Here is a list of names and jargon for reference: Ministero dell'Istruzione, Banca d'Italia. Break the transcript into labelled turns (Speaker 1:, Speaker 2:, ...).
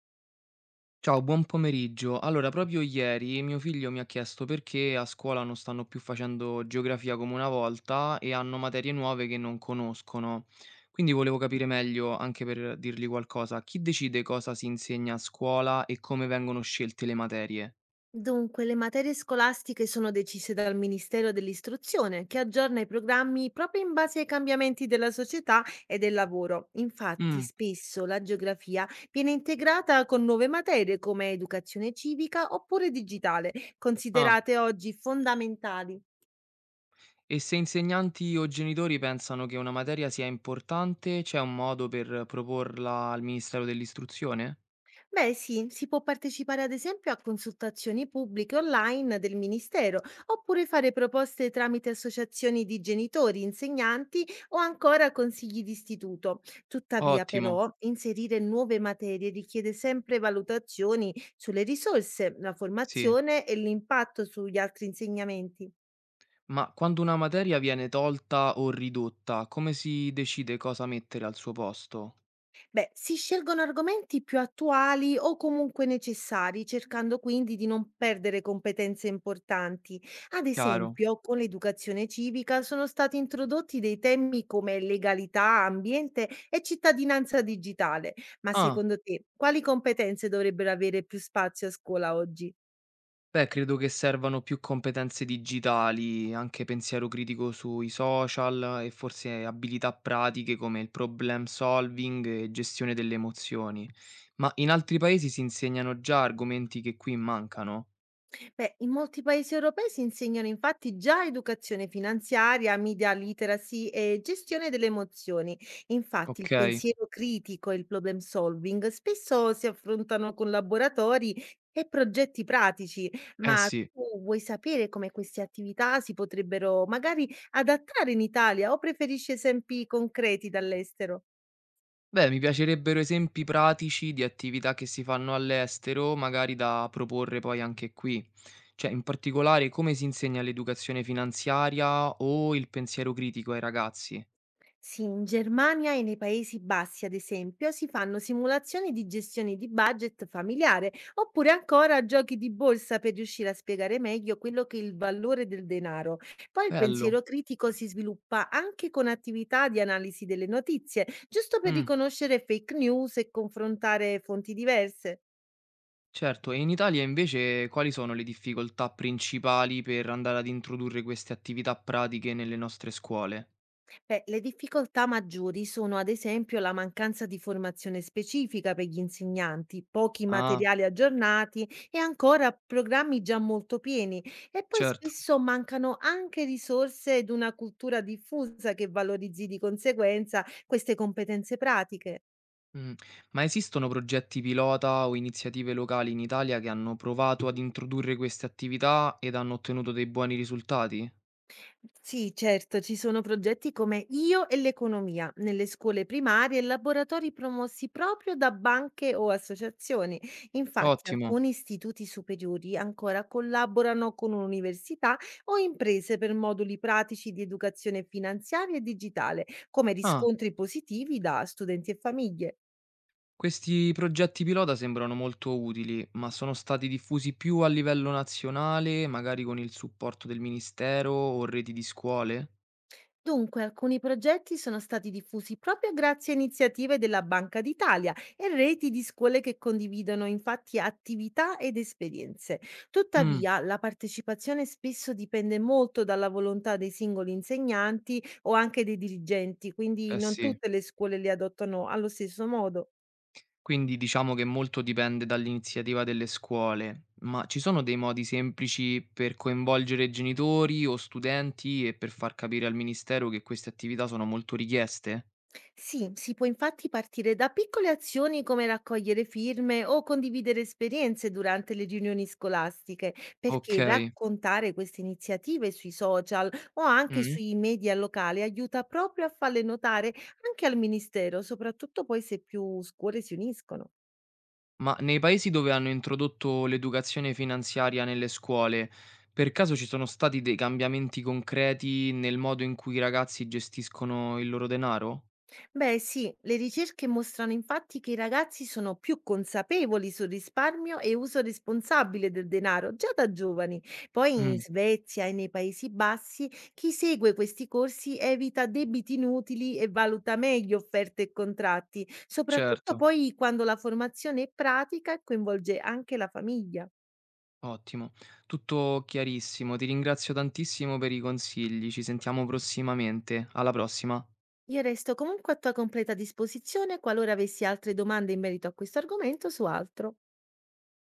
Speaker 1: Ciao, buon pomeriggio. Allora, proprio ieri mio figlio mi ha chiesto perché a scuola non stanno più facendo geografia come una volta e hanno materie nuove che non conoscono. Quindi volevo capire meglio, anche per dirgli qualcosa, chi decide cosa si insegna a scuola e come vengono scelte le materie?
Speaker 2: Dunque, le materie scolastiche sono decise dal Ministero dell'Istruzione, che aggiorna i programmi proprio in base ai cambiamenti della società e del lavoro. Infatti,
Speaker 1: Mm,
Speaker 2: spesso la geografia viene integrata con nuove materie come educazione civica oppure digitale,
Speaker 1: ah,
Speaker 2: considerate oggi fondamentali.
Speaker 1: e se insegnanti o genitori pensano che una materia sia importante, c'è un modo per proporla al Ministero dell'Istruzione?
Speaker 2: Beh, sì, si può partecipare ad esempio a consultazioni pubbliche online del Ministero, oppure fare proposte tramite associazioni di genitori, insegnanti o ancora consigli di istituto. Tuttavia,
Speaker 1: Ottimo,
Speaker 2: però, inserire nuove materie richiede sempre valutazioni sulle risorse, la
Speaker 1: sì.
Speaker 2: formazione e l'impatto sugli altri insegnamenti.
Speaker 1: Ma quando una materia viene tolta o ridotta, come si decide cosa mettere al suo posto?
Speaker 2: Beh, si scelgono argomenti più attuali o comunque necessari, cercando quindi di non perdere competenze importanti. Ad
Speaker 1: Chiaro.
Speaker 2: esempio, con l'educazione civica sono stati introdotti dei temi come legalità, ambiente e cittadinanza digitale. Ma
Speaker 1: Ah,
Speaker 2: secondo te, quali competenze dovrebbero avere più spazio a scuola oggi?
Speaker 1: beh, credo che servano più competenze digitali, anche pensiero critico sui social e forse abilità pratiche come il problem solving e gestione delle emozioni. Ma in altri paesi si insegnano già argomenti che qui mancano.
Speaker 2: Beh, in molti paesi europei si insegnano infatti già educazione finanziaria, media literacy e gestione delle emozioni. Infatti
Speaker 1: Ok,
Speaker 2: il pensiero critico e il problem solving spesso si affrontano con laboratori e progetti pratici,
Speaker 1: eh
Speaker 2: ma
Speaker 1: sì.
Speaker 2: tu vuoi sapere come queste attività si potrebbero magari adattare in Italia o preferisci esempi concreti dall'estero?
Speaker 1: Beh, mi piacerebbero esempi pratici di attività che si fanno all'estero, magari da proporre poi anche qui. Cioè, in particolare, come si insegna l'educazione finanziaria o il pensiero critico ai ragazzi?
Speaker 2: Sì, in Germania e nei Paesi Bassi, ad esempio, si fanno simulazioni di gestione di budget familiare, oppure ancora giochi di borsa per riuscire a spiegare meglio quello che è il valore del denaro. Poi il pensiero
Speaker 1: Bello.
Speaker 2: critico si sviluppa anche con attività di analisi delle notizie, giusto per
Speaker 1: Mm,
Speaker 2: riconoscere fake news e confrontare fonti diverse.
Speaker 1: certo, e in Italia invece quali sono le difficoltà principali per andare ad introdurre queste attività pratiche nelle nostre scuole?
Speaker 2: Beh, le difficoltà maggiori sono ad esempio la mancanza di formazione specifica per gli insegnanti, pochi
Speaker 1: Ah,
Speaker 2: materiali aggiornati e ancora programmi già molto pieni. E poi
Speaker 1: certo.
Speaker 2: spesso mancano anche risorse ed una cultura diffusa che valorizzi di conseguenza queste competenze pratiche.
Speaker 1: Mh. Ma esistono progetti pilota o iniziative locali in Italia che hanno provato ad introdurre queste attività ed hanno ottenuto dei buoni risultati?
Speaker 2: Sì, certo, ci sono progetti come Io e l'economia nelle scuole primarie e laboratori promossi proprio da banche o associazioni. Infatti,
Speaker 1: Ottimo.
Speaker 2: alcuni istituti superiori ancora collaborano con università o imprese per moduli pratici di educazione finanziaria e digitale, come
Speaker 1: Ah,
Speaker 2: riscontri positivi da studenti e famiglie.
Speaker 1: questi progetti pilota sembrano molto utili, ma sono stati diffusi più a livello nazionale, magari con il supporto del ministero o reti di scuole?
Speaker 2: Dunque, alcuni progetti sono stati diffusi proprio grazie a iniziative della Banca d'Italia e reti di scuole che condividono infatti attività ed esperienze.
Speaker 1: Mh,
Speaker 2: Tuttavia, la partecipazione spesso dipende molto dalla volontà dei singoli insegnanti o anche dei dirigenti, quindi
Speaker 1: eh
Speaker 2: non
Speaker 1: sì.
Speaker 2: tutte le scuole le adottano allo stesso modo.
Speaker 1: Quindi diciamo che molto dipende dall'iniziativa delle scuole, ma ci sono dei modi semplici per coinvolgere genitori o studenti e per far capire al ministero che queste attività sono molto richieste?
Speaker 2: Sì, si può infatti partire da piccole azioni come raccogliere firme o condividere esperienze durante le riunioni scolastiche,
Speaker 1: Ok.
Speaker 2: perché raccontare queste iniziative sui social o anche
Speaker 1: Mm.
Speaker 2: sui media locali aiuta proprio a farle notare anche al ministero, soprattutto poi se più scuole si uniscono.
Speaker 1: Ma nei paesi dove hanno introdotto l'educazione finanziaria nelle scuole, per caso ci sono stati dei cambiamenti concreti nel modo in cui i ragazzi gestiscono il loro denaro?
Speaker 2: Beh, sì, le ricerche mostrano infatti che i ragazzi sono più consapevoli sul risparmio e uso responsabile del denaro già da giovani. Poi in
Speaker 1: Mm,
Speaker 2: Svezia e nei Paesi Bassi chi segue questi corsi evita debiti inutili e valuta meglio offerte e contratti, soprattutto
Speaker 1: certo.
Speaker 2: poi quando la formazione è pratica e coinvolge anche la famiglia.
Speaker 1: Ottimo, tutto chiarissimo. Ti ringrazio tantissimo per i consigli. Ci sentiamo prossimamente. Alla prossima.
Speaker 2: Io resto comunque a tua completa disposizione qualora avessi altre domande in merito a questo argomento o su altro.